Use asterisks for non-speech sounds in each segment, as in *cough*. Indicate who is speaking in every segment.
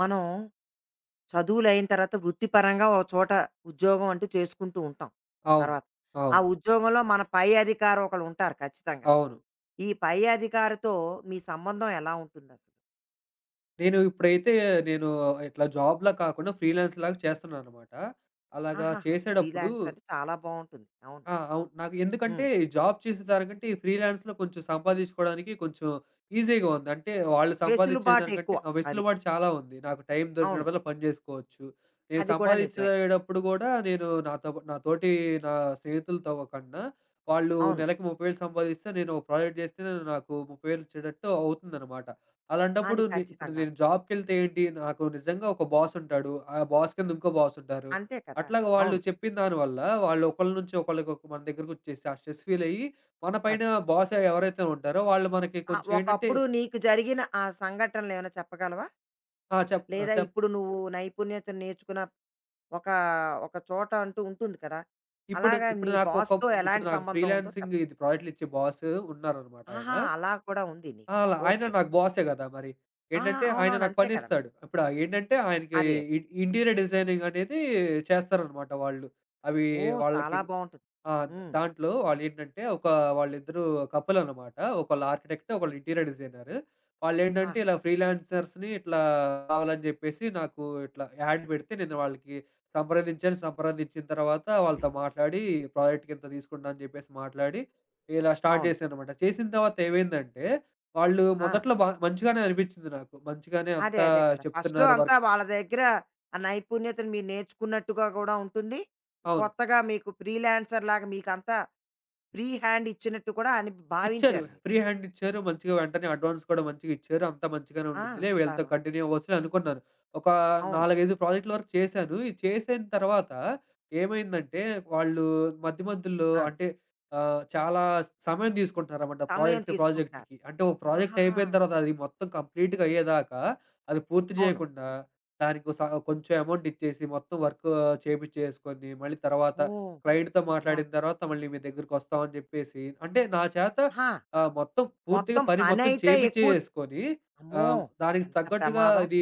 Speaker 1: మనం చదువులయిన తర్వాత వృత్తిపరంగా ఒక చోట ఉద్యోగం అంటూ చేసుకుంటూ ఉంటాం.
Speaker 2: అవును.
Speaker 1: తర్వాత ఆ
Speaker 2: అవును.
Speaker 1: ఉద్యోగంలో మన పై అధికారి ఒకళ్ళు ఉంటారు ఖచ్చితంగా.
Speaker 2: అవును.
Speaker 1: ఈ పై అధికారితో మీ సంబంధం ఎలా ఉంటుందసలు?
Speaker 2: నేను ఇప్పుడైతే నేను ఇట్లా జాబ్‌లా కాకుండా ఫ్రీలాన్స్‌లాగా చేస్తున్నాననమాట. అలాగా
Speaker 1: ఆహాహా!
Speaker 2: చేసేటప్పుడు
Speaker 1: ఫ్రీలాన్స్ అంటే చాలా బావుంటుంది. అవును.
Speaker 2: ఆ! అవును. నాకు ఎందుకంటే
Speaker 1: హ్మ్.
Speaker 2: జాబ్ చేసే దానికంటే ఈ ఫ్రీలాన్స్‌లో కొంచెం సంపాదించుకోవడానికి కొంచెం ఈజీగా ఉంది. అంటే వాళ్ళు సంపాదించే
Speaker 1: వెసులుబాటు
Speaker 2: దానికంటే
Speaker 1: ఎక్కువ అది.
Speaker 2: వెసులుబాటు చాలా ఉంది. నాకు టైం
Speaker 1: అవును.
Speaker 2: దొరికినప్పుడల్లా పని జేసుకోవచ్చు. నేను
Speaker 1: అది కూడా నిజమే.
Speaker 2: సంపాదించేటప్పుడు గూడా నేను నాతో పా నా తోటి నా స్నేహితులతో కన్నా వాళ్ళు
Speaker 1: అవును.
Speaker 2: నెలకి 30,000 సంపాదిస్తే నేను ఒక ప్రాజెక్ట్ జేస్తేనే నాకు 30,000 వచ్చేటట్టు అవుతుందనమాట. అలాంటప్పుడు
Speaker 1: అది
Speaker 2: ఇప్పుడు నేను
Speaker 1: ఖచ్చితంగాను.
Speaker 2: జాబ్‌కెళ్తే ఏంటి నాకు నిజంగా ఒక బాసుంటాడు. ఆ బాస్ కింద ఇంకో బాసుంటారు.
Speaker 1: అంతే కదా!
Speaker 2: అట్లాగా వాళ్ళు
Speaker 1: అవును.
Speaker 2: చెప్పిన దాని వల్ల వాళ్ళు ఒకళ్ళ నుంచి ఒకళ్ళకి ఒక మన దగ్గరకొచ్చేసి ఆ స్ట్రెస్ ఫీల్ అయ్యి, మన పైన
Speaker 1: అది.
Speaker 2: బాస్ ఎవరైతే ఉంటారో వాళ్ళు మనకి కొంచెం ఏంటంటే
Speaker 1: ఒకప్పుడు నీకు జరిగిన ఆ సంఘటనలేమైనా చెప్పగలవా?
Speaker 2: ఆ! చెప్ ఆ,
Speaker 1: లేదా
Speaker 2: చెప్
Speaker 1: ఇప్పుడు నువ్వు నైపుణ్యతను నేర్చుకున్న ఒక ఒక చోట అంటూ ఉంటుంది కదా!
Speaker 2: ఇప్పుడు
Speaker 1: అలాగా
Speaker 2: ఇప్పుడు
Speaker 1: మీ
Speaker 2: నాకు ఒక
Speaker 1: బాస్‌తో
Speaker 2: ఇప్పుడు
Speaker 1: ఎలాంటి
Speaker 2: నాకు
Speaker 1: సంబంధం ఉందో చెప్ప.
Speaker 2: ఫ్రీలాన్సింగ్ ఇది ప్రాజెక్ట్‌లు ఇచ్చే బాస్ ఉన్నారనమాట ఆయన.
Speaker 1: ఆహా! అలా కూడా ఉంది
Speaker 2: ఆ!
Speaker 1: నీకు.
Speaker 2: అలా ఆయన
Speaker 1: ఓకే.
Speaker 2: నాకు బాసే గదా! మరి.
Speaker 1: ఆ!
Speaker 2: ఏంటంటే ఆయన
Speaker 1: అవునవును.
Speaker 2: నాకు
Speaker 1: అంతే కదా! మరి.
Speaker 2: పనిస్తాడు. ఇప్పుడు ఆ ఏంటంటే ఆయనకి
Speaker 1: అదే అదే.
Speaker 2: ఇ ఇంటీరియర్ డిజైనింగ్ అనేది చేస్తారనమాట వాళ్ళు. అవి
Speaker 1: ఓహ్!
Speaker 2: వాళ్ళకి
Speaker 1: చాలా బావుంటుంది.
Speaker 2: ఆ! ద
Speaker 1: హ్మ్.
Speaker 2: దాంట్లో వాళ్ళేంటంటే, వాళ్ళిద్దరూ కపుల్ అనమాట. ఒకళ్ళు ఆర్కిటెక్ట్, ఒకళ్ళు ఇంటీరియర్ డిజైనర్. వాళ్ళేంటంటే,
Speaker 1: ఆహ్,
Speaker 2: ఇలా ఫ్రీలాన్సర్స్‌ని ఇట్లా కావాలని జెప్పేసి నాకు ఇట్లా యాడ్ పెడితే, నేను వాళ్ళకి సంప్రదించాను. సంప్రదించిన తర్వాత వాళ్ళతో మాట్లాడి, ప్రాజెక్ట్‌కి ఇంత తీసుకుంటా అని జెప్పేసి మాట్లాడి, ఇలా స్టార్ట్
Speaker 1: అవును.
Speaker 2: చేశాననమాట. చేసిన తర్వాత ఏమైందంటే, వాళ్ళు
Speaker 1: ఆ!
Speaker 2: మొదట్లో మంచిగానే అనిపించింది నాకు. మంచిగానే
Speaker 1: అదే
Speaker 2: అంతా
Speaker 1: అదే కదా! ఫస్ట్‌లో
Speaker 2: చెప్తున్నారు
Speaker 1: అంతా
Speaker 2: వర్క్.
Speaker 1: వాళ్ళ దగ్గర ఆ నైపుణ్యతను మీరు నేర్చుకున్నట్టుగా కూడా ఉంటుంది. ఈ
Speaker 2: అవును.
Speaker 1: కొత్తగా మీకు ఫ్రీలాన్సర్‌లాగా మీకంతా ఫ్రీ హ్యాండ్ ఇచ్చినట్టు కూడా అని
Speaker 2: ఇచ్చారు.
Speaker 1: భావించారు మీరు.
Speaker 2: ఫ్రీ హ్యాండ్ ఇచ్చారు. మంచిగా వెంటనే అడ్వాన్స్ కూడా మంచిగా ఇచ్చారు. అంతా మంచిగానే
Speaker 1: ఆ!
Speaker 2: ఉండిద్దిలే. వీళ్ళతో
Speaker 1: అంతాను.
Speaker 2: కంటిన్యూ అవ్వచ్చులే అనుకున్నాను. ఒక
Speaker 1: అవును.
Speaker 2: 4, 5 ప్రాజెక్ట్‌ల వరకు చేశాను. ఇది చేసిన తర్వాత ఏమైందంటే వాళ్ళు మధ్య మధ్యలో
Speaker 1: ఆ!
Speaker 2: అంటే చాలా సమయం తీసుకుంటున్నారన్నమాట
Speaker 1: సమయం
Speaker 2: ప్రాజెక్ట్
Speaker 1: తీసుకుంటున్నారు.
Speaker 2: ప్రాజెక్ట్‌కి. అంటే ఒక ప్రాజెక్ట్
Speaker 1: ఆహాహా!
Speaker 2: అయిపోయిన తర్వాత అది మొత్తం కంప్లీట్‌గా అయ్యేదాకా అది పూర్తి
Speaker 1: అవును.
Speaker 2: చేయకుండా దానికి ఒక స కొంచెం అమౌంట్ ఇచ్చేసి మొత్తం వర్క్ చేపిచ్చేసుకొని మళ్ళీ తర్వాత
Speaker 1: ఓహ్!
Speaker 2: క్లయింట్‌తో
Speaker 1: అలా.
Speaker 2: మాట్లాడిన తర్వాత మళ్ళీ మీ దగ్గరికొస్తామని చెప్పేసి అంటే నా చేత
Speaker 1: ఆహా!
Speaker 2: ఆ! మొత్తం పూర్తిగా
Speaker 1: మొత్తం
Speaker 2: పని మొత్తం
Speaker 1: పనైతే ఎక్కువ.
Speaker 2: చేపిచ్చేసుకొని
Speaker 1: అమ్మో!
Speaker 2: దానికి
Speaker 1: ఎంత
Speaker 2: తగ్గట్టుగా
Speaker 1: ప్రమాదం.
Speaker 2: ఇది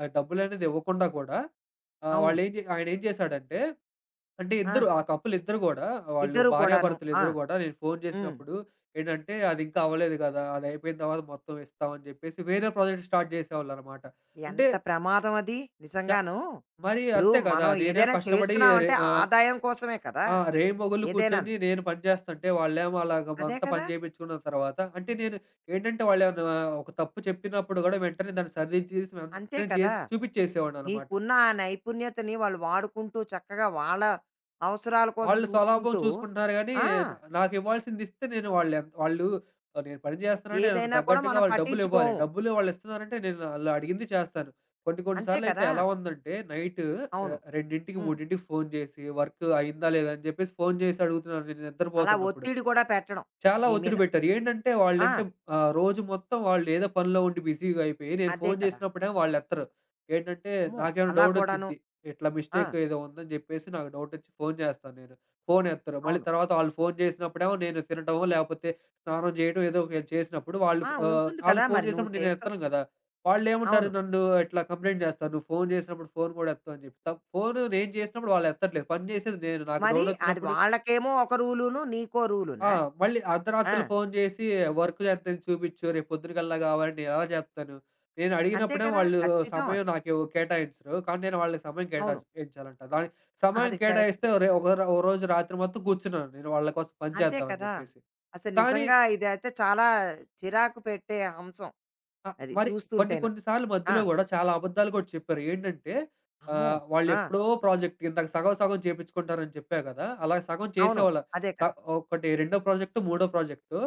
Speaker 2: డబ్బులనేది ఇవ్వకుండా కూడా ఆహ్,
Speaker 1: అవును.
Speaker 2: వాళ్ళేం చే ఆయనేం చేశాడంటే అంటే ఇద్దరు ఆ
Speaker 1: ఆహా!
Speaker 2: కపుల్ ఇద్దరు గూడా వాళ్ళు
Speaker 1: ఇద్దరు కూడాను. ఆ!
Speaker 2: భార్యాభర్తలిద్దరూ గూడా నేను ఫోను
Speaker 1: హ్మ్.
Speaker 2: చేసినప్పుడు ఏంటంటే, "అదింకా అవ్వలేదు గదా! అదయిపోయిన తర్వాత మొత్తం ఇస్తాం" అని జెప్పేసి వేరే ప్రాజెక్ట్ స్టార్ట్ చేసేవాళ్ళనమాట. అంటే
Speaker 1: ఎంత ప్రమాదం అది
Speaker 2: చ
Speaker 1: నిజంగాను.
Speaker 2: మరి
Speaker 1: ఇప్పుడు
Speaker 2: అంతే గదా!
Speaker 1: మనం
Speaker 2: నేనేమో
Speaker 1: ఏదైనా
Speaker 2: కష్టపడి రె
Speaker 1: చేస్తున్నామంటే
Speaker 2: ఆహ్,
Speaker 1: ఆదాయం కోసమే కదా!
Speaker 2: ఆ! రేయింబవళ్ళు కూర్చొని
Speaker 1: ఏదైనాను.
Speaker 2: నేను పని చేస్తంటే, వాళ్ళేమో అలాగ
Speaker 1: అదే
Speaker 2: అంతా పని
Speaker 1: కదా!
Speaker 2: చేపించుకున్న తర్వాత అంటే నేను ఏంటంటే, వాళ్ళేమన్నా ఒక తప్పు చెప్పినప్పుడు గూడా వెంటనే దాన్ని సరిదిద్దేసి
Speaker 1: అంతే
Speaker 2: వెంటనే
Speaker 1: కదా!
Speaker 2: చేసి చూపిచ్చేసేవాడిననమాట.
Speaker 1: నీకున్న ఆ నైపుణ్యతని వాళ్ళు వాడుకుంటూ చక్కగా వాళ్ళ అవసరాల కోసం
Speaker 2: వాళ్ళు స్వలాభం
Speaker 1: చూసుకుంటూ.
Speaker 2: చూసుకుంటున్నారు గానీ,
Speaker 1: ఆ!
Speaker 2: నాకివ్వాల్సింది ఇస్తే నేను వాళ్ళ వాళ్ళు నేను పని చేస్తున్నానంటే దానికి
Speaker 1: ఏదైనా కూడా
Speaker 2: తగ్గట్టుగా
Speaker 1: మనం
Speaker 2: వాళ్ళు డబ్బులివ్వాలి.
Speaker 1: పట్టించుకోము.
Speaker 2: డబ్బులు వాళ్ళిస్తున్నారంటే నేను ఆళ్ళు అడిగింది చేస్తాను. కొన్ని కొన్ని
Speaker 1: అంతే
Speaker 2: సార్లయితే
Speaker 1: కదా!
Speaker 2: ఎలా ఉందంటే, నైటు
Speaker 1: అవును.
Speaker 2: 2కి,
Speaker 1: హ్మ్.
Speaker 2: 3కి ఫోను జేసి, వర్క్ అయిందా లేదా అని జెప్పేసి ఫోను జేసి అడుగుతున్నారు నేను
Speaker 1: అలా
Speaker 2: నిద్రపోతున్నప్పుడు.
Speaker 1: ఒత్తిడి కూడా పెట్టడం
Speaker 2: చాలా
Speaker 1: నీ
Speaker 2: ఒత్తిడి
Speaker 1: మీద.
Speaker 2: పెట్టారు. ఏంటంటే
Speaker 1: ఆ!
Speaker 2: వాళ్ళంటే రోజు మొత్తం వాళ్ళు ఏదో పనిలో ఉండి బిజీగా అయిపోయి, నేను
Speaker 1: అదే
Speaker 2: ఫోను
Speaker 1: కదా!
Speaker 2: చేసినప్పుడేమో వాళ్ళెత్తరు. ఏంటంటే
Speaker 1: అమ్మో!
Speaker 2: నాకేమైనా
Speaker 1: అలా కూడాను.
Speaker 2: డౌటొచ్చిద్ది. ఇట్లా
Speaker 1: ఆ!
Speaker 2: మిస్టేక్ ఏదో ఉందని జెప్పేసి నాకు డౌటొచ్చి ఫోను చేస్తాను నేను. ఫోను ఎత్తరు. మళ్ళీ
Speaker 1: అవును.
Speaker 2: తర్వాత వాళ్ళు ఫోను చేసినప్పుడేమో నేను తినటమో, లేపోతే స్నానం చేయడం ఏదో ఒకటి చేసినప్పుడు
Speaker 1: ఆ! ఉంటుంది
Speaker 2: వాళ్ళు
Speaker 1: కదా!
Speaker 2: ఫోను
Speaker 1: మరి నువ్వు
Speaker 2: చేసినప్పుడు నేను
Speaker 1: చేస్తావు.
Speaker 2: ఎత్తను గదా! వాళ్ళేమంటారు
Speaker 1: అవును.
Speaker 2: నన్ను ఇట్లా కంప్లెయింట్ జేస్తారు. "నువ్వు ఫోను చేసినప్పుడు ఫోను గూడా ఎత్తవు" అని జెప్పి. ఫోను నేను చేసినప్పుడు వాళ్ళు ఎత్తట్లేదు. పని చేసేది నేను. నాకు
Speaker 1: మరి అది
Speaker 2: డౌటొచ్చినప్పుడు
Speaker 1: వాళ్ళకేమో ఒక రూలును, నీకో
Speaker 2: ఆ!
Speaker 1: రూలునా?
Speaker 2: మళ్ళీ
Speaker 1: ఆ!
Speaker 2: అర్ధరాత్రులు ఫోను చేసి వర్క్ ఎంతైంది చూపిచ్చు, రేపు పొద్దునకల్లా కావాలని నేనెలా చెప్తాను? నేను
Speaker 1: అంతే
Speaker 2: అడిగినప్పుడేమో
Speaker 1: కదా!
Speaker 2: వాళ్ళు
Speaker 1: ఖచ్చితం
Speaker 2: సమయం
Speaker 1: అది.
Speaker 2: నాకు కేటాయించరు. కానీ నేను వాళ్ళకి సమయం
Speaker 1: అవును.
Speaker 2: కేటాయించాలంట. దానికి సమయం
Speaker 1: అది కరెక్ట్.
Speaker 2: కేటాయిస్తే ఒరే ఒక రోజు రాత్రి మొత్తం కూర్చున్నాను నేను వాళ్ళ కోసం పని
Speaker 1: అంతే
Speaker 2: చేద్దామని
Speaker 1: కదా!
Speaker 2: చెప్పేసి.
Speaker 1: అసలు
Speaker 2: కానీ
Speaker 1: నిజంగా ఇదైతే చాలా చిరాకు పెట్టే అంశం.
Speaker 2: ఆ!
Speaker 1: అది
Speaker 2: మరి కొన్ని
Speaker 1: చూస్తుంటేను.
Speaker 2: కొన్ని సార్లు
Speaker 1: ఆ!
Speaker 2: మధ్యలో గూడా చాలా అబద్ధాలు కూడా చెప్పారు. ఏంటంటే
Speaker 1: అమ్మో! ఆ!
Speaker 2: వాళ్ళెప్పుడో ప్రాజెక్ట్ ఇందాక సగం సగం చేపించుకుంటారని చెప్పా కదా! అలా సగం
Speaker 1: అవును.
Speaker 2: చేసేవాళ్ళ
Speaker 1: అదే
Speaker 2: స
Speaker 1: కదా!
Speaker 2: ఒకటి రెండో ప్రాజెక్ట్, మూడో ప్రాజెక్టు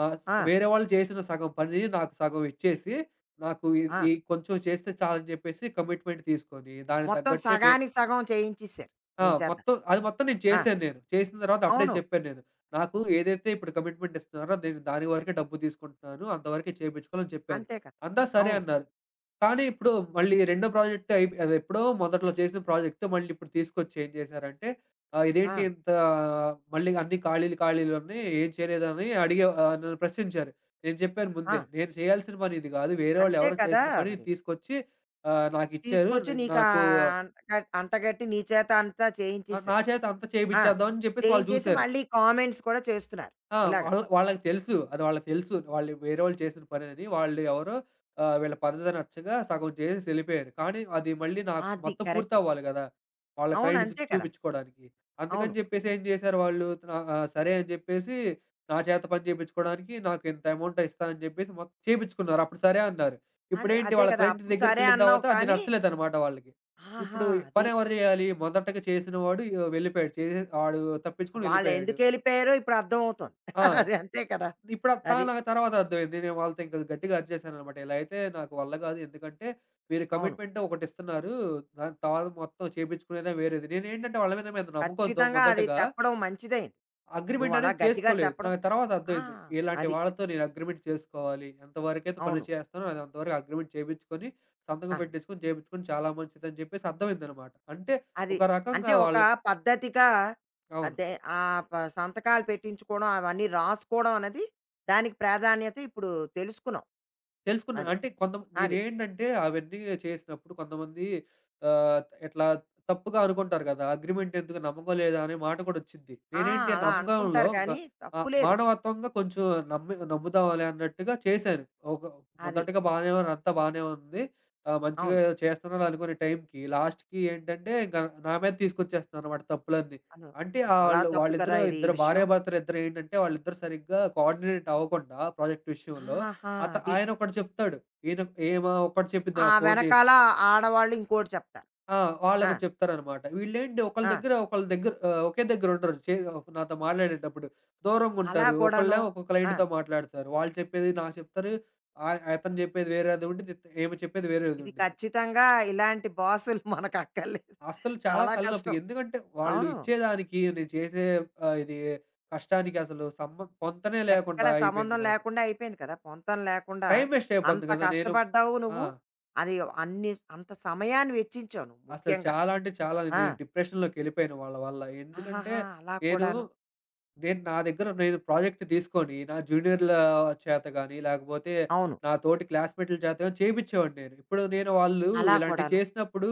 Speaker 2: ఆహ్, స్
Speaker 1: ఆ!
Speaker 2: వేరే వాళ్ళు చేసిన సగం పని నాకు సగం ఇచ్చేసి, నాకు ఇది
Speaker 1: ఆ!
Speaker 2: ఈ కొంచెం చేస్తే చాలని చెప్పేసి కమిట్మెంట్ తీసుకొని, దానికి
Speaker 1: మొత్తం
Speaker 2: తగ్గట్టే పే
Speaker 1: సగానికి సగం చేయించేసారు.
Speaker 2: ఆ!
Speaker 1: నీ చేత.
Speaker 2: మొత్తం అది మొత్తం నేను
Speaker 1: ఆ!
Speaker 2: చేశాను నేను. చేసిన తర్వాత అప్పుడే
Speaker 1: అవును.
Speaker 2: చెప్పాను నేను. నాకు ఏదైతే ఇప్పుడు కమిట్‌మెంట్ ఇస్తున్నారో నేను దాని వరకే డబ్బు తీసుకుంటున్నాను. అంతవరకే చేపించుకోవాలని చెప్పాను.
Speaker 1: అంతే కదా!
Speaker 2: అంతా సరే
Speaker 1: అవును.
Speaker 2: అన్నారు. కానీ ఇప్పుడు మళ్ళీ రెండో ప్రాజెక్ట్ అయిపో అది ఎప్పుడో మొదట్లో చేసిన ప్రాజెక్ట్ మళ్ళీ ఇప్పుడు తీసుకొచ్చి ఏం చేశారంటే
Speaker 1: ఆ!
Speaker 2: ఇదేంటి ఇంత మళ్ళీ అన్ని ఖాళీలు ఖాళీలు ఉన్నాయి. ఏం చేయలేదని నన్ను ప్రశ్నించారు. నేను చెప్పాను
Speaker 1: ఆ!
Speaker 2: ముందే. నేను చేయాల్సిన పని ఇది కాదు. వేరే వాళ్ళు
Speaker 1: అంతే
Speaker 2: ఎవరో
Speaker 1: కదా!
Speaker 2: చేసిన పని
Speaker 1: మరి.
Speaker 2: తీసుకొచ్చి నాకిచ్చారు.
Speaker 1: తీసుకొచ్చి నీకు
Speaker 2: నాకు
Speaker 1: అంటగట్టి నీ చేత అంతా
Speaker 2: ఆ! నా
Speaker 1: చేయించేసారు.
Speaker 2: చేత అంతా
Speaker 1: ఆ!
Speaker 2: చేపిచ్చేద్దామని చెప్పేసి వాళ్ళు
Speaker 1: చేయించేసి
Speaker 2: జూసారు.
Speaker 1: మళ్ళీ కామెంట్స్ కూడా చేస్తున్నారు.
Speaker 2: ఆ!
Speaker 1: ఇలాగ.
Speaker 2: వాళ్ళకి తెలుసు. అది వాళ్ళకి తెలుసు. వాళ్ళు వేరే వాళ్ళు చేసిన పనని. వాళ్ళు ఎవరో వీళ్ళ పద్ధతి నచ్చక సగం చేసేసి ఎళ్ళిపోయారు. కానీ అది మళ్ళీ నాకు
Speaker 1: అది
Speaker 2: మొత్తం
Speaker 1: కరెక్ట్.
Speaker 2: పూర్తవ్వాలి గదా! వాళ్ళ
Speaker 1: అవును.
Speaker 2: క్లయింట్స్
Speaker 1: అంతే కదా!
Speaker 2: చూపించుకోవడానికి. అందుకని
Speaker 1: అవును.
Speaker 2: చెప్పేసి ఏం చేశారు వాళ్ళు సరే అని చెప్పేసి నా చేత పని చేపించుకోవడానికి నాకు ఇంత అమౌంట్ ఇస్తా అని చెప్పేసి మొత్తం చేపించుకున్నారు. అప్పుడు సరే అన్నారు.
Speaker 1: అదే,
Speaker 2: ఇప్పుడేంటి
Speaker 1: అదే
Speaker 2: వాళ్ళ
Speaker 1: కదా!
Speaker 2: క్లయింట్
Speaker 1: అప్పుడు సరే
Speaker 2: దగ్గరికెళ్ళిన
Speaker 1: అన్నావు
Speaker 2: తర్వాత అది
Speaker 1: కానీ
Speaker 2: నచ్చలేదన్నమాట వాళ్ళకి. ఇప్పుడు
Speaker 1: ఆహా! అది.
Speaker 2: పని ఎవరు చేయాలి? మొదటగా చేసినవాడు వెళ్ళిపోయాడు. చేసే వాడు తప్పించుకొని వెళ్ళిపోయాడు.
Speaker 1: వాళ్ళెందుకెళ్ళిపోయారో ఇప్పుడు అర్థమవుతోంది.
Speaker 2: ఆ!
Speaker 1: *laughs* అది అంతే కదా!
Speaker 2: ఇప్పుడు
Speaker 1: అది.
Speaker 2: నాకు తర్వాత అర్థమైంది. నేను వాళ్ళతో ఇంకా గట్టిగా అరిచేశాననమాట. ఇలా అయితే నాకు వల్ల గాదు. ఎందుకంటే మీరు
Speaker 1: అవును.
Speaker 2: కమిట్మెంట్ ఒకటిస్తున్నారు. దాని తర్వాత మొత్తం చేపించుకునేదే వేరేది. నేనేంటంటే వాళ్ళ మీద మీద నమ్మకంతో
Speaker 1: ఖచ్చితంగా అది
Speaker 2: మొదటగా
Speaker 1: చెప్పడం మంచిదైంది.
Speaker 2: అగ్రీమెంట్
Speaker 1: నువ్వలా
Speaker 2: అనేది
Speaker 1: గట్టిగా
Speaker 2: చేసుకోలేదు.
Speaker 1: చెప్పడం.
Speaker 2: నాకు తర్వాత
Speaker 1: ఆ!
Speaker 2: అర్థమైంది. ఇలాంటి
Speaker 1: అది.
Speaker 2: వాళ్ళతో నేను అగ్రీమెంట్ చేసుకోవాలి. ఎంతవరకైతే పని
Speaker 1: అవును.
Speaker 2: చేస్తానో అది అంతవరకు అగ్రీమెంట్ చేపించుకొని, సంతకం
Speaker 1: ఆహా!
Speaker 2: పెట్టించుకొని, చేపించుకొని చాలా మంచిదని చెప్పేసి అర్థమైందనమాట. అంటే
Speaker 1: అది.
Speaker 2: ఒక
Speaker 1: అంటే
Speaker 2: రకంగా
Speaker 1: ఒక
Speaker 2: వాళ్ళకి
Speaker 1: పద్ధతిగా.
Speaker 2: అవును.
Speaker 1: అదే ఆ సంతకాలు పెట్టించుకోవడం, అవన్నీ రాసుకోవడం అన్నది దానికి ప్రాధాన్యత ఇప్పుడు తెలుసుకున్నాం.
Speaker 2: తెలుసుకున్నా.
Speaker 1: అది.
Speaker 2: అంటే కొంత
Speaker 1: అది.
Speaker 2: నేనేంటంటే అవన్నీ చేసినప్పుడు కొంతమంది ఆహ్, ఇట్లా తప్పుగా అనుకుంటారు కదా! అగ్రీమెంట్ ఎందుకు నమ్మకం లేదా అనే మాట కూడా వచ్చిద్ది.
Speaker 1: ఆ!
Speaker 2: నేనేంటి ఆ
Speaker 1: అలా
Speaker 2: నమ్మకంలో
Speaker 1: అనుకుంటారు కానీ తప్పు లేదు.
Speaker 2: మానవత్వంగా కొంచెం నమ్మి నమ్ముదాంలే అన్నట్టుగా చేశాను. ఒక
Speaker 1: అది.
Speaker 2: మొదటగా బానే అంతా బానే ఉంది. మంచిగా
Speaker 1: అవును.
Speaker 2: చేస్తున్నాను అనుకునే టైంకి లాస్ట్‌కి ఏంటంటే ఇంక నా మీద తీసుకొచ్చేస్తున్నారన్నమాట తప్పులన్నీ.
Speaker 1: అవును.
Speaker 2: అంటే
Speaker 1: చాలా
Speaker 2: ఆళ్ళు
Speaker 1: తప్పు కదా!
Speaker 2: వాళ్ళిద్దరూ
Speaker 1: ఇది ఈ
Speaker 2: ఇద్దరు
Speaker 1: విషయం.
Speaker 2: భార్యాభర్తలిద్దరు ఏంటంటే వాళ్ళిద్దరూ సరిగ్గా కోఆర్డినేట్ అవ్వకుండా ప్రాజెక్ట్ విషయంలో
Speaker 1: ఆహాహా! అది.
Speaker 2: ఆయన ఒకటి చెప్తాడు. ఈయన ఈమె ఒకటి చెప్పిద్ది
Speaker 1: ఆ
Speaker 2: నాకు ఫోను చేసి.
Speaker 1: వెనకాల ఆడవాళ్ళు ఇంకోటి చెప్తారు.
Speaker 2: ఆ!
Speaker 1: ఆ!
Speaker 2: వాళ్ళొకటి చెప్తారనమాట. వీళ్ళేంటి ఒకళ్ళ
Speaker 1: ఆ!
Speaker 2: దగ్గర ఒకళ్ళ దగ్గర ఒకే దగ్గర ఉండరు. నాతో మాట్లాడేటప్పుడు.
Speaker 1: అలా
Speaker 2: దూరంగుంటారు.
Speaker 1: కూడాను.
Speaker 2: ఒకళ్ళేమో ఒక
Speaker 1: ఆ!
Speaker 2: క్లయింట్‌తో మాట్లాడతారు. వాళ్ళు చెప్పేది నాకు చెప్తారు. అతను చెప్పేది వేరేది ఉండిద్ది. ఈమె చెప్పేది వేరేది
Speaker 1: ఇది
Speaker 2: ఉండిద్ది.
Speaker 1: ఖచ్చితంగా ఇలాంటి బాసులు మనకు అక్కర్లేదు.
Speaker 2: అసలు చాలా
Speaker 1: చాలా
Speaker 2: తలనొప్పి.
Speaker 1: కష్టం.
Speaker 2: ఎందుకంటే వాళ్ళు
Speaker 1: అవును.
Speaker 2: ఇచ్చేదానికి నేను చేసే ఆహ్, ఇది కష్టానికి అసలు పొంతనే
Speaker 1: ఎక్కడ
Speaker 2: లేకుండా అయిపోయింది
Speaker 1: సంబంధం
Speaker 2: నాకు.
Speaker 1: లేకుండా అయిపోయింది కదా! పొంతన లేకుండా
Speaker 2: టైమ్ వేస్ట్ అయిపోద్ది
Speaker 1: అంత
Speaker 2: కదా! నేను
Speaker 1: కష్టపడ్డావు
Speaker 2: ఆ!
Speaker 1: నువ్వు. అది అన్ని అంత సమయాన్ని వెచ్చించావు నువ్వు
Speaker 2: అసలు
Speaker 1: ముఖ్యంగా.
Speaker 2: చాలా అంటే చాలా
Speaker 1: ఆ!
Speaker 2: నేను డిప్రెషన్‌లోకెళ్ళిపోయాను వాళ్ళ వల్ల. ఎందుకంటే
Speaker 1: ఆహాహా! అలా
Speaker 2: నేను,
Speaker 1: కూడాను.
Speaker 2: నేను నా దగ్గర నేను ప్రాజెక్ట్ తీసుకొని నా జూనియర్‌ల చేత గాని, లేకపోతే
Speaker 1: అవును.
Speaker 2: నా తోటి క్లాస్‌మేట్‌ల చేత గాని చేపిచ్చేవాడిని నేను. ఇప్పుడు నేను వాళ్ళు
Speaker 1: అలా
Speaker 2: ఇలాంటివి
Speaker 1: కూడాను.
Speaker 2: చేసినప్పుడు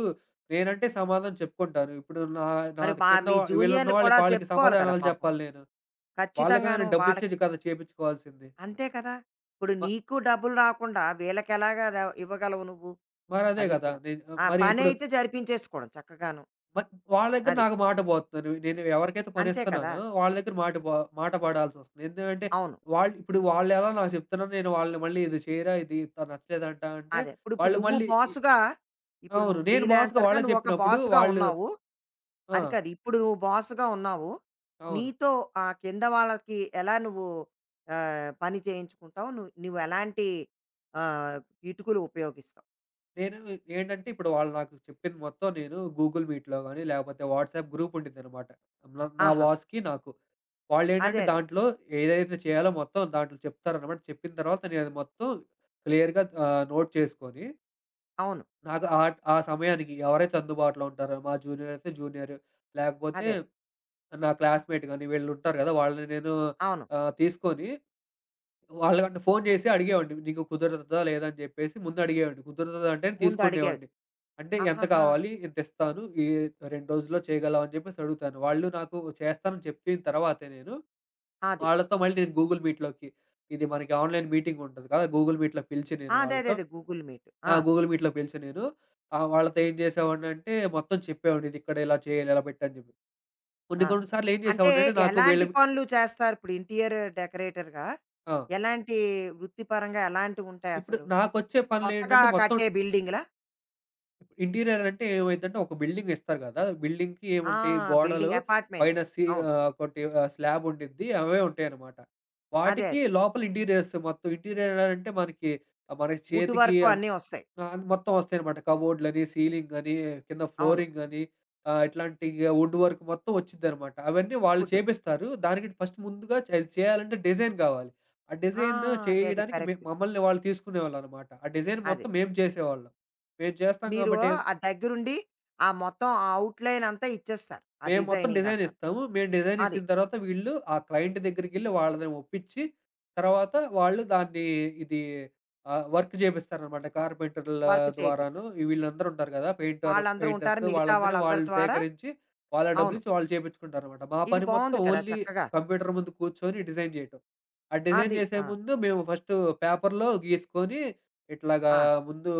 Speaker 2: నేనంటే సమాధానం చెప్పుకుంటాను. ఇప్పుడు నా నా
Speaker 1: మరి
Speaker 2: కింద
Speaker 1: మీ
Speaker 2: వీళ్ళున్న
Speaker 1: జూనియర్‌లు
Speaker 2: వాళ్ళకి
Speaker 1: కూడా
Speaker 2: వాళ్ళకి
Speaker 1: చెప్పుకోవాలి కదా
Speaker 2: సమాధానాలు
Speaker 1: పాపం.
Speaker 2: చెప్పాలి నేను. వాళ్ళకి నేను
Speaker 1: ఖచ్చితంగాను వాళ్ళకి
Speaker 2: డబ్బులిచ్చే కదా చేపిచ్చుకోవాల్సింది.
Speaker 1: అంతే కదా! ఇప్పుడు
Speaker 2: మ
Speaker 1: నీకు డబ్బులు రాకుండా వీళ్ళకెలాగా ఇవ్వగలవు నువ్వు?
Speaker 2: మరదే
Speaker 1: అది
Speaker 2: కదా!
Speaker 1: కూడా.
Speaker 2: నేను
Speaker 1: ఆ
Speaker 2: మరి ఇప్పుడు
Speaker 1: పనైతే జరిపించేసుకోవడం చక్కగాను.
Speaker 2: మ వాళ్ళ దగ్గర
Speaker 1: అది.
Speaker 2: నాకు మాట పోతున్నారు. నేను ఎవరికైతే
Speaker 1: అంతే కదా!
Speaker 2: పనిస్తున్నానో వాళ్ళ దగ్గర మాట పడాల్సొస్తుంది. ఎందుకంటే
Speaker 1: అవును.
Speaker 2: వాళ్ళు ఇప్పుడు వాళ్ళెలా నాకు చెప్తున్నారు. నేను వాళ్ళని మళ్ళీ ఇది చేయరా, ఇది త నచ్చలేదంట అంటే
Speaker 1: అదే. ఇప్పుడు ఇప్పుడు
Speaker 2: వాళ్ళు
Speaker 1: నువ్వు
Speaker 2: మళ్ళీ ఇ
Speaker 1: బాస్‌గా. ఇప్పుడు
Speaker 2: అవును.
Speaker 1: నువ్వు
Speaker 2: నేను బాస్‌గా
Speaker 1: ఫ్రీలాన్సర్‌గా
Speaker 2: వాళ్ళకి
Speaker 1: ఒక
Speaker 2: చెప్పినప్పుడు
Speaker 1: బాస్‌గా
Speaker 2: వాళ్ళు
Speaker 1: ఉన్నావు.
Speaker 2: ఆ!
Speaker 1: అది కాదు. ఇప్పుడు నువ్వు బాస్‌గా ఉన్నావు.
Speaker 2: అవును.
Speaker 1: నీతో ఆ కింద వాళ్ళకి ఎలా నువ్వు పని చేయించుకుంటావు? నువ్వెలాంటి ఆహ్, కిటుకులు ఉపయోగిస్తావు?
Speaker 2: నేను ఏంటంటే ఇప్పుడు వాళ్ళు నాకు చెప్పింది మొత్తం నేను గూగుల్ మీట్‌లో గాని, లేకపోతే వాట్సాప్ గ్రూప్ ఉండిద్దనమాట. నా నా
Speaker 1: ఆహాహా!
Speaker 2: బాస్‌కి నాకు.
Speaker 1: అదే
Speaker 2: వాళ్ళేంటంటే
Speaker 1: అది.
Speaker 2: దాంట్లో ఏదైతే చేయాలో మొత్తం దాంట్లో చెప్తారనమాట. చెప్పిన తర్వాత నేను అది మొత్తం క్లియర్‌గా నోట్ చేసుకొని
Speaker 1: అవును.
Speaker 2: నాకు ఆ ఆ సమయానికి ఎవరైతే అందుబాటులో ఉంటారో మా జూనియర్ అయితే జూనియర్. లేకపోతే
Speaker 1: అదే. అది
Speaker 2: నా క్లాస్‌మేట్ గాని వీళ్ళుంటారు గదా! వాళ్ళని నేను
Speaker 1: అవును.
Speaker 2: తీసుకొని వాళ్ళకంటే ఫోను జేసి అడిగేవాడిని. "నీకు కుదురుతదా? లేదా?" అని జెప్పేసి ముందు అడిగేవాడిని. కుదురుతదా అంటేనే
Speaker 1: ముందు అడిగేవి.
Speaker 2: తీసుకునేవాడిని. అంటే ఎంత
Speaker 1: ఆహాహా!
Speaker 2: కావాలి? ఇంతిస్తాను. ఈ 2 రోజుల్లో చేయగలవా? అని జెప్పేసి అడుగుతాను. వాళ్ళు నాకు చేస్తానని చెప్పిన తర్వాతే నేను
Speaker 1: అది.
Speaker 2: వాళ్ళతో మళ్ళీ నేను గూగుల్ మీట్‌లోకి ఇది మనకి ఆన్‌లైన్ మీటింగ్ ఉంటది కదా! గూగుల్ మీట్‌లో పిలిచి నేను
Speaker 1: ఆ! అదే అదే
Speaker 2: వాళ్ళతో
Speaker 1: అదే గూగుల్ మీట్.
Speaker 2: ఆ!
Speaker 1: ఆ!
Speaker 2: గూగుల్ మీట్‌లో పిలిచా నేను. వాళ్ళతో ఏం చేసేవాడినంటే మొత్తం చెప్పేవాడిని. ఇది ఇక్కడ ఇలా చేయాలి, ఇలా పెట్టు అని చెప్పి. కొన్ని
Speaker 1: ఆ!
Speaker 2: కొన్ని సార్లు ఏం
Speaker 1: అంటే
Speaker 2: చేసేవాడినంటే నాకు వీళ్ళ
Speaker 1: ఎలాంటి
Speaker 2: మీ
Speaker 1: పనులు చేస్తారు? ఇప్పుడు ఇంటీరియర్ డెకరేటర్‌గా
Speaker 2: ఆ!
Speaker 1: ఎలాంటి వృత్తిపరంగా
Speaker 2: ఇప్పుడు
Speaker 1: ఎలాంటివుంటాయసలు?
Speaker 2: నాకొచ్చే
Speaker 1: కొత్తగా
Speaker 2: పనులేంటంటే మొత్తం
Speaker 1: కట్టే బిల్డింగ్‌లా?
Speaker 2: ఇంటీరియర్ అంటే ఏమైద్దంటే ఒక బిల్డింగ్ ఇస్తారు కదా! బిల్డింగ్‌కి
Speaker 1: ఆ!
Speaker 2: ఏముంటాయి గోడలు
Speaker 1: బిల్డింగ్ అపార్ట్‌మెంట్స్.
Speaker 2: పైన సి
Speaker 1: అవును.
Speaker 2: ఆహ్, ఒకటి ఆహ్, స్లాబ్ ఉండిద్ది. అవే ఉంటాయన్నమాట.
Speaker 1: అదే
Speaker 2: వాటికి
Speaker 1: అదే.
Speaker 2: లోపల ఇంటీరియర్స్ మొత్తం ఇంటీరియర్ అంటే మనకి, మనకి
Speaker 1: వుడ్
Speaker 2: చేతికి
Speaker 1: వర్కు
Speaker 2: అం
Speaker 1: అన్నీ వస్తాయి.
Speaker 2: ఆ! అది మొత్తం వస్తాయనమాట. కబోర్డ్‌లని, సీలింగని, కింద
Speaker 1: అవును.
Speaker 2: ఫ్లోరింగని ఇట్లాంటి ఇగ వుడ్ వర్క్ మొత్తం వచ్చిద్దనమాట. అవన్నీ వాళ్ళు
Speaker 1: వుడ్.
Speaker 2: చేపిస్తారు. దానికి ఫస్ట్ ముందుగా చే అది చేయాలంటే డిజైన్ కావాలి. ఆ
Speaker 1: ఆ!
Speaker 2: డిజైన్
Speaker 1: అదే అదే.
Speaker 2: చేయడానికి
Speaker 1: కరెక్ట్.
Speaker 2: మమ్మల్ని వాళ్ళు తీసుకునేవాళ్ళనమాట. ఆ డిజైన్
Speaker 1: అదే.
Speaker 2: మొత్తం మేము చేసేవాళ్ళం. మేము చేస్తాం
Speaker 1: మీరు
Speaker 2: కాబట్టి
Speaker 1: ఆ దగ్గరుండి ఆ మొత్తం ఆ ఔట్‌లైన్ అంతా ఇచ్చేస్తారు. ఆ
Speaker 2: మేము మొత్తం
Speaker 1: డిజైనింగ్
Speaker 2: డిజైన్
Speaker 1: అంతాను.
Speaker 2: ఇస్తాము. మేము డిజైన్
Speaker 1: అది.
Speaker 2: ఇచ్చిన తర్వాత వీళ్ళు ఆ క్లయింట్ దగ్గరికెళ్ళి వాళ్ళని ఒప్పించి, తర్వాత వాళ్ళు దాన్ని ఇది వర్క్ చేపిస్తారనమాట. కార్పెంటర్‌ల
Speaker 1: వర్క్
Speaker 2: ద్వారాను
Speaker 1: చేయిపిస్తారు.
Speaker 2: వీళ్ళందరూ ఉంటారు కదా! పెయింటర్,
Speaker 1: వాళ్ళందరూ ఉంటారు.
Speaker 2: పెయింటర్స్
Speaker 1: మిగతా
Speaker 2: వాళ్ళందరిని
Speaker 1: వాళ్ళందరి
Speaker 2: వాళ్ళు
Speaker 1: ద్వారా
Speaker 2: సేకరించి, వాళ్ళ
Speaker 1: అవును.
Speaker 2: డబ్బులిచ్చి వాళ్ళు చేపించుకుంటారనమాట. మా
Speaker 1: ఇది
Speaker 2: పని మొత్తం
Speaker 1: బావుంది కదా!
Speaker 2: ఓన్లీ
Speaker 1: చక్కగా.
Speaker 2: కంప్యూటర్ ముందు కూర్చొని డిజైన్ చేయటం. ఆ డిజైన్
Speaker 1: అది.
Speaker 2: చేసే
Speaker 1: ఆ!
Speaker 2: ముందు మేము ఫస్టు పేపర్‌లో గీసుకొని, ఇట్లాగా
Speaker 1: ఆ!
Speaker 2: ముందు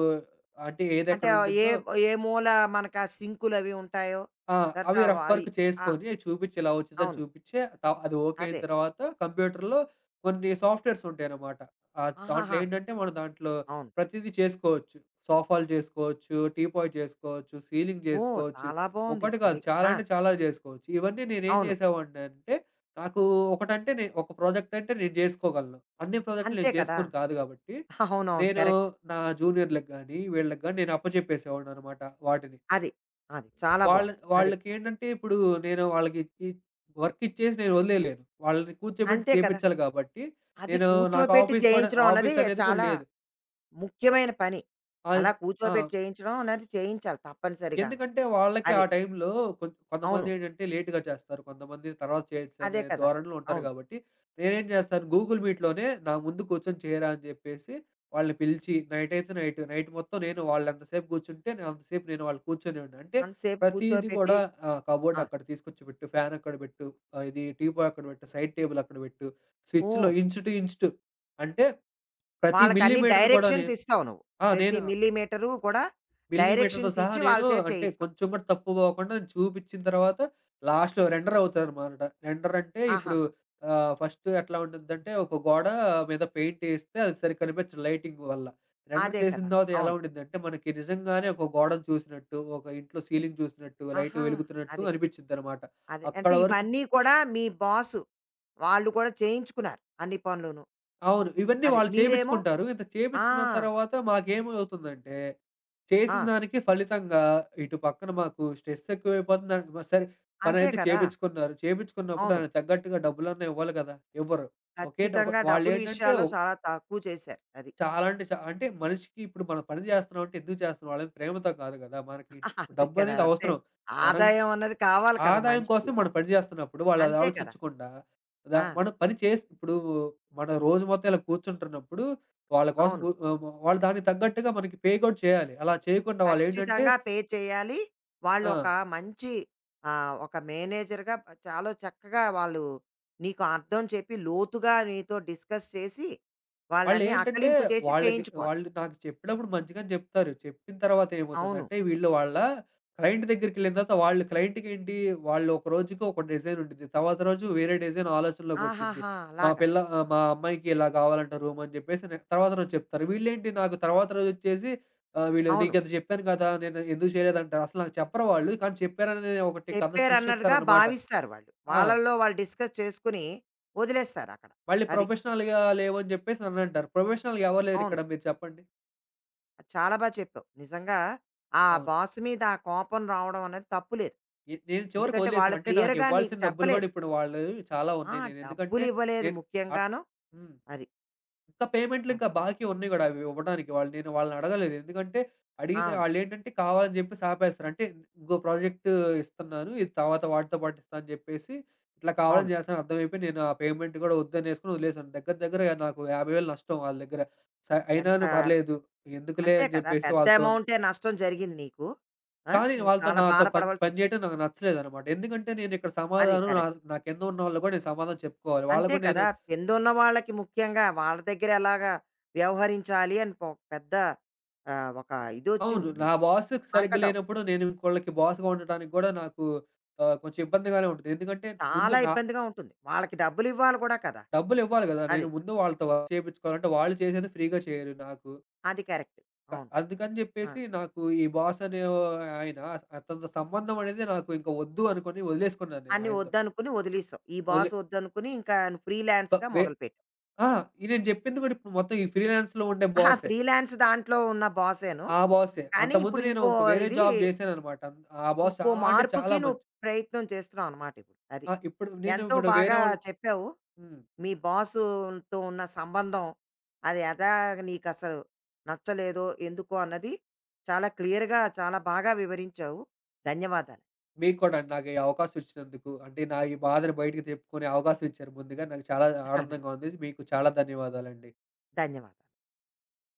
Speaker 2: అంటే
Speaker 1: అంటే ఏ
Speaker 2: ఏదెక్కడుండిద్దో
Speaker 1: ఏ మూల మనకు ఆ సింకులవి ఉంటాయో
Speaker 2: ఆ!
Speaker 1: తర్వాత
Speaker 2: అవి
Speaker 1: వ
Speaker 2: రఫ్ వర్క్
Speaker 1: అయి ఆ!
Speaker 2: చేసుకొని చూపిచ్చి ఇలా వచ్చిందని
Speaker 1: అవును.
Speaker 2: చూపిచ్చి అది ఓకే అయిన
Speaker 1: అదే.
Speaker 2: తర్వాత కంప్యూటర్‌లో కొన్ని సాఫ్ట్‌వేర్స్ ఉంటాయన్నమాట. దాంట్లో
Speaker 1: ఆహాహా!
Speaker 2: ఏంటంటే మనం దాంట్లో
Speaker 1: అవును.
Speaker 2: ప్రతీదీ చేసుకోవచ్చు. సోఫాలు చేసుకోవచ్చు, టీపాయ్ చేసుకోవచ్చు, సీలింగ్
Speaker 1: ఓహ్!
Speaker 2: చేసుకోవచ్చు.
Speaker 1: చాలా బావుంది.
Speaker 2: ఒకటి కాదు
Speaker 1: అది.
Speaker 2: చాలా
Speaker 1: ఆ!
Speaker 2: అంటే చాలా చేసుకోవచ్చు. ఇవన్నీ నేనేం
Speaker 1: అవును.
Speaker 2: చేసేవాడినంటే నాకు ఒకటంటే నే ఒక ప్రాజెక్ట్ అంటే నేను చేసుకోగలను. అన్ని ప్రాజెక్టులు
Speaker 1: అంతే
Speaker 2: నేను
Speaker 1: కదా!
Speaker 2: చేసుకోను కాదు కాబట్టి
Speaker 1: *laughs* అవునవును.
Speaker 2: నేను
Speaker 1: కరెక్ట్.
Speaker 2: నా జూనియర్‌లకి గానీ వీళ్ళకి గానీ నేను అప్పచెప్పేసేవాడినన్నమాట వాటిని.
Speaker 1: అది. అది. చాలా బావుంది. అది.
Speaker 2: వాళ్ళకేంటంటే ఇప్పుడు నేను వాళ్ళకి ఈ వర్క్ ఇచ్చేసి నేను వదిలేయలేను. వాళ్ళని కూర్చోబెట్టి
Speaker 1: అంతే కదా!
Speaker 2: చేపిచ్చాలి కాబట్టి,
Speaker 1: అది
Speaker 2: నేను నాకు
Speaker 1: కూర్చోపెట్టి చేయించడం అన్నది
Speaker 2: ఆఫీస్ అనేది కూడా
Speaker 1: చాలా
Speaker 2: లేదు. అ
Speaker 1: ముఖ్యమైన పని. అలా
Speaker 2: అది ఆ!
Speaker 1: కూర్చోపెట్టి చేయించడం అన్నది చేయించాలి తప్పనిసరిగాను.
Speaker 2: ఎందుకంటే వాళ్ళకి ఆ
Speaker 1: అది.
Speaker 2: టైంలో కొంచెం
Speaker 1: అవును.
Speaker 2: కొంతమందేంటంటే లేట్‌గా చేస్తారు. కొంతమంది తర్వాత చేయొచ్చనే
Speaker 1: అదే కదా!
Speaker 2: ధోరణిలో ఉంటారు
Speaker 1: అవును.
Speaker 2: కాబట్టి, నేనేం చేస్తాను గూగుల్ మీట్‌లోనే నా ముందు కూర్చొని చేయరా అని చెప్పేసి వాళ్ళని పిలిచి నైట్ అయితే నైట్, నైట్ మొత్తం వాళ్ళు ఎంతసేపు కూర్చుంటే నేను అంతసేపు వాళ్ళు కూర్చొనేవాడిని. అంటే
Speaker 1: అంతసేపు
Speaker 2: ప్రతీది కూడా
Speaker 1: కూర్చోపెట్టి.
Speaker 2: కబోర్డ్
Speaker 1: ఆ!
Speaker 2: అక్కడ తీసుకొచ్చి పెట్టు, ఫ్యాన్ అక్కడ పెట్టు, ఇది టీపాయ్ అక్కడ పెట్టు, సైడ్ టేబుల్ అక్కడ పెట్టు, స్విచ్‌లో
Speaker 1: oh!
Speaker 2: Inch to inch to అంటే ప్రతి
Speaker 1: వాళ్ళకన్ని
Speaker 2: మిల్లీమీటర్ కూడా
Speaker 1: డైరెక్షన్స్
Speaker 2: నేను
Speaker 1: ఇస్తావు నువ్వు.
Speaker 2: ఆ! నేను
Speaker 1: ప్రతి మిల్లీమీటరు కూడా
Speaker 2: మిల్లీమీటర్‌తో
Speaker 1: డైరెక్షన్స్
Speaker 2: సహా
Speaker 1: ఇచ్చి వాళ్ళ
Speaker 2: నేను
Speaker 1: చేత
Speaker 2: అంటే
Speaker 1: చేయిస్తావు.
Speaker 2: కొంచెం కూడా తప్పు పోకుండా నేను చూపిచ్చిన తర్వాత లాస్ట్‌లో రెండర్ అవుతాదనమాట. రెండర్ అంటే ఇప్పుడు
Speaker 1: ఆహాహా!
Speaker 2: ఫస్ట్ ఎట్లా ఉండిద్దంటే ఒక గోడ మీద పెయింట్ ఏస్తే అది సరిగ్గా కనిపించదు లైటింగ్ వల్ల. రెండర్
Speaker 1: అదే
Speaker 2: చేసిన
Speaker 1: కదా!
Speaker 2: తర్వాత ఎలా
Speaker 1: అవును.
Speaker 2: ఉండిద్దంటే మనకి నిజంగానే ఒక గోడను చూసినట్టు, ఒక ఇంట్లో సీలింగ్ చూసినట్టు, లైట్
Speaker 1: ఆహా!
Speaker 2: వెలుగుతున్నట్టు
Speaker 1: అది.
Speaker 2: అనిపిచ్చిద్దనమాట.
Speaker 1: అదే.
Speaker 2: అక్కడ
Speaker 1: అంటే
Speaker 2: వరకు
Speaker 1: ఇవన్నీ కూడా మీ బాసు వాళ్ళు కూడా చేయించుకున్నారు అన్ని పనులును.
Speaker 2: అవును. ఇవన్నీ
Speaker 1: అది.
Speaker 2: వాళ్ళు
Speaker 1: మీరేమో
Speaker 2: చేపిచ్చుకుంటారు. ఇంత
Speaker 1: ఆ!
Speaker 2: చేపిచ్చుకున్న తర్వాత మాకేమవుతుందంటే చేసిన
Speaker 1: ఆ!
Speaker 2: దానికి ఫలితంగా ఇటు పక్కన మాకు స్ట్రెస్ ఎక్కువైపోతుంది. దానికి మ సరే
Speaker 1: అంతే
Speaker 2: పనైతే
Speaker 1: కదా!
Speaker 2: చేపించుకున్నారు. చేపించుకున్నప్పుడు
Speaker 1: అవును.
Speaker 2: దానికి తగ్గట్టుగా డబ్బులన్నా ఇవ్వాలి కదా! ఇవ్వరు. ఒకే ఒక
Speaker 1: ఖచ్చితంగా డబ్బులు
Speaker 2: వాళ్ళేంటంటే
Speaker 1: విషయాల్లో
Speaker 2: ఒ
Speaker 1: చాలా తక్కువ చేశారు. అది.
Speaker 2: చాలా అంటే చా అంటే మనిషికి ఇప్పుడు మనం పని చేస్తున్నాం అంటే ఎందుకు చేస్తున్నాం? వాళ్ళేం ప్రేమతో కాదు కదా! మనకి
Speaker 1: *laughs* అంతే కదా!
Speaker 2: డబ్బనేది
Speaker 1: అంతే.
Speaker 2: అవసరం. మనం
Speaker 1: ఆదాయం అన్నది కావాలి కదా
Speaker 2: ఆదాయం
Speaker 1: మనిషికి.
Speaker 2: కోసం మనం పని చేస్తున్నప్పుడు వాళ్ళది
Speaker 1: అంతే కదా!
Speaker 2: ఆలోచించకుండా
Speaker 1: ఆ!
Speaker 2: మనం పని చేసి ఇప్పుడు మనం రోజు మొత్తం ఇలా కూర్చుంటున్నప్పుడు
Speaker 1: అవును.
Speaker 2: వాళ్ళు దానికి తగ్గట్టుగా మనకి పే కూడా చేయాలి. అలా చేయకుండా వాళ్ళేంటంటే
Speaker 1: ఖచ్చితంగా పే చేయాలి. వాళ్ళు
Speaker 2: ఆ!
Speaker 1: ఒక మంచి ఒక మేనేజర్‌గా చాలా చక్కగా వాళ్ళు నీకు అర్థం చెప్పి, లోతుగా నీతో డిస్కస్ చేసి, వాళ్ళన్నీ
Speaker 2: వాళ్ళేంటంటే
Speaker 1: అకలింపు చేసి చేయించుకోవాలి.
Speaker 2: వాళ్ళు నాకు చెప్పినప్పుడు మంచిగానే చెప్తారు. చెప్పిన తర్వాత
Speaker 1: అవును.
Speaker 2: ఏమవుతదంటే వీళ్ళు వాళ్ళ క్లయింట్ దగ్గరికెళ్ళిన తర్వాత వాళ్ళు క్లయింట్‌కేంటి వాళ్ళు ఒక రోజుకి ఒక డిజైన్ ఉండిద్ది. తర్వాత రోజు వేరే డిజైన్ ఆలోచనలోకొచ్చిద్ది.
Speaker 1: ఆహాహా! అలాగా.
Speaker 2: మా అమ్మాయికి ఇలా కావాలంట రూమ్ అని చెప్పేసి తర్వాత రోజు చెప్తారు. వీళ్ళేంటి నాకు తర్వాత రోజొచ్చేసి వీళ్ళు
Speaker 1: అవును.
Speaker 2: నీకింత చెప్పాను కదా! నేను ఎందుకు చేయలేదంటారు. అసలు నాకు చెప్పరు వాళ్ళు. కానీ చెప్పారనే ఒకటి కథ
Speaker 1: చెప్పారన్నట్టుగా
Speaker 2: సృష్టిస్తారనమాట.
Speaker 1: భావిస్తారు వాళ్ళు.
Speaker 2: ఆ!
Speaker 1: వాళ్ళల్లో వాళ్ళు డిస్కస్ చేసుకుని వదిలేస్తారక్కడ.
Speaker 2: మళ్ళీ
Speaker 1: అది.
Speaker 2: ప్రొఫెషనల్‌గా లేవని చెప్పేసి నన్నంటారు. ప్రొఫెషనల్‌గా ఎవరు
Speaker 1: అవును.
Speaker 2: లేరిక్కడ మీరు చెప్పండి?
Speaker 1: అది చాలా చెప్పావు. నిజంగా ఆ
Speaker 2: అవును.
Speaker 1: బాస్ మీద ఆ కోపం రావడం అనేది తప్పు లేదు.
Speaker 2: నేను చివరికి
Speaker 1: ఎందుకంటే
Speaker 2: వదిలేసాను.
Speaker 1: వాళ్ళు
Speaker 2: అంటే
Speaker 1: క్లియర్‌గా నీకు
Speaker 2: నాకివ్వాల్సిన డబ్బులు గూడా
Speaker 1: చెప్పలేదు.
Speaker 2: ఇప్పుడు వాళ్ళవి చాలా
Speaker 1: ఆ!
Speaker 2: ఉన్నాయి. నేనెందుకంటే
Speaker 1: డబ్బులు ఇవ్వలేదు
Speaker 2: నేను ఆహ్,
Speaker 1: ముఖ్యంగాను.
Speaker 2: హ్మ్.
Speaker 1: అది.
Speaker 2: ఇంకా
Speaker 1: ఆ!
Speaker 2: పేమెంట్‌లింకా బాకీ ఉన్నాయి గూడా అవి ఇవ్వడానికి. నేను వాళ్ళనడగలేదు. ఎందుకంటే అడిగితే
Speaker 1: అవును.
Speaker 2: ఆళ్ళేంటంటే కావాలని జెప్పేసి ఆపేస్తారు. అంటే ఇంకో ప్రాజెక్ట్ ఇస్తున్నాను. ఇది తర్వాత వాటితో పాటు ఇస్తా అని జెప్పేసి ఇట్లా కావాలని
Speaker 1: అవును.
Speaker 2: జేస్తున్నారని అర్థమైపోయి నేను ఆ పేమెంట్ గూడా వద్దనేసుకొని వదిలేసాను. దగ్గర దగ్గర నాకు 50,000 నష్టం వాళ్ళ దగ్గర.
Speaker 1: ఎంత
Speaker 2: అయినాను పర్లేదు ఎందుకులే
Speaker 1: అంతే
Speaker 2: అని
Speaker 1: కదా!
Speaker 2: జెప్పేసి
Speaker 1: పెద్ద
Speaker 2: వాళ్ళతో
Speaker 1: అమౌంటే నష్టం జరిగింది నీకు. ఆ!
Speaker 2: కానీ
Speaker 1: నువ్వు
Speaker 2: వాళ్ళతో
Speaker 1: చాలా
Speaker 2: నాతో పని పని
Speaker 1: బాధపడవలసొచ్చింది.
Speaker 2: చేయటం నాకు నచ్చలేదనమాట. ఎందుకంటే నేనిక్కడ
Speaker 1: అది
Speaker 2: సమాధానం నా
Speaker 1: కరెక్ట్.
Speaker 2: నా కింద ఉన్నవాళ్ళకి గూడా నేను సమాధానం చెప్పుకోవాలి. వాళ్ళకి
Speaker 1: అంతే
Speaker 2: గూడా నేను
Speaker 1: కదా! కిందున్న వాళ్ళకి ముఖ్యంగా వాళ్ళ దగ్గర ఎలాగా వ్యవహరించాలి అని ఒక పెద్ద ఒక
Speaker 2: అవును.
Speaker 1: ఇదొచ్చింది
Speaker 2: నా
Speaker 1: నీకు ఇక్కడ.
Speaker 2: బాస్ సరిగ్గా
Speaker 1: సంకటం.
Speaker 2: లేనప్పుడు నేను ఇంకోళ్ళకి బాస్‌గా ఉండటానికి గూడా నాకు కొంచెం ఇబ్బందిగానే ఉంటది. ఎందుకంటే ముందు
Speaker 1: చాలా
Speaker 2: నా
Speaker 1: ఇబ్బందిగా ఉంటుంది. వాళ్ళకి డబ్బులు ఇవ్వాలి కూడా కదా!
Speaker 2: డబ్బులివ్వాలి గదా! నేను
Speaker 1: అది.
Speaker 2: ముందు వాళ్ళతో వర్క్ చేపిచ్చుకోవాలంటే వాళ్ళు చేసేది ఫ్రీగా చేయరు నాకు.
Speaker 1: అది కరెక్ట్. అవును.
Speaker 2: అందుకని
Speaker 1: ఆ!
Speaker 2: జెప్పేసి నాకు ఈ బాస్ అనే ఓ ఆయన అతనితో సంబంధం అనేది నాకు ఇంక వద్దు అనుకోని వదిలేసుకున్నాను నేను
Speaker 1: అన్ని
Speaker 2: ఆయనతో.
Speaker 1: వద్దనుకుని వదిలేసావు. ఈ
Speaker 2: వదిలే
Speaker 1: బాస్ వద్దనుకుని ఇంకా
Speaker 2: క
Speaker 1: ఫ్రీలాన్స్‌గా
Speaker 2: వే
Speaker 1: మొదలుపెట్టావు.
Speaker 2: ఆ! ఈ నేను జెప్పింది గూడా ఇప్పుడు మొత్తం ఈ ఫ్రీలాన్స్‌లో ఉండే
Speaker 1: అహా!
Speaker 2: బాసే.
Speaker 1: ఫ్రీలాన్స్ దాంట్లో ఉన్న బాసేను.
Speaker 2: ఆ బాసే.
Speaker 1: కానీ
Speaker 2: అంతకుముందు
Speaker 1: ఇప్పుడు
Speaker 2: నేను
Speaker 1: ఇంకో
Speaker 2: ఒక వేరే
Speaker 1: ఇది,
Speaker 2: జాబ్ జేశాననమాట. ఆ బాస్
Speaker 1: ఇంకో
Speaker 2: చాలా అంటే చాలా
Speaker 1: మార్పుకి నువ్వు
Speaker 2: మంచి
Speaker 1: ప్రయత్నం చేస్తున్నావనమాట ఇప్పుడు. అది.
Speaker 2: ఆ! ఇప్పుడు నేను
Speaker 1: ఎంతో
Speaker 2: ఇప్పుడు వేరే
Speaker 1: బాగా
Speaker 2: వాళ్ళు
Speaker 1: చెప్పావు.
Speaker 2: హ్మ్.
Speaker 1: మీ బాసుతో ఉన్న సంబంధం, అది ఎలాగ నీకసలు నచ్చలేదో, ఎందుకో అన్నది చాలా క్లియర్‌గా, చాలా బాగా వివరించావు. ధన్యవాదాలు.
Speaker 2: మీకు కూడా అండి. నాకు ఈ అవకాశం ఇచ్చినందుకు. అంటే నా ఈ బాధను బయటకి చెప్పుకునే అవకాశం ఇచ్చారు ముందుగా. నాకు చాలా ఆనందంగా
Speaker 1: *laughs*
Speaker 2: ఉంది. మీకు చాలా ధన్యవాదాలండి.
Speaker 1: ధన్యవాదాలు.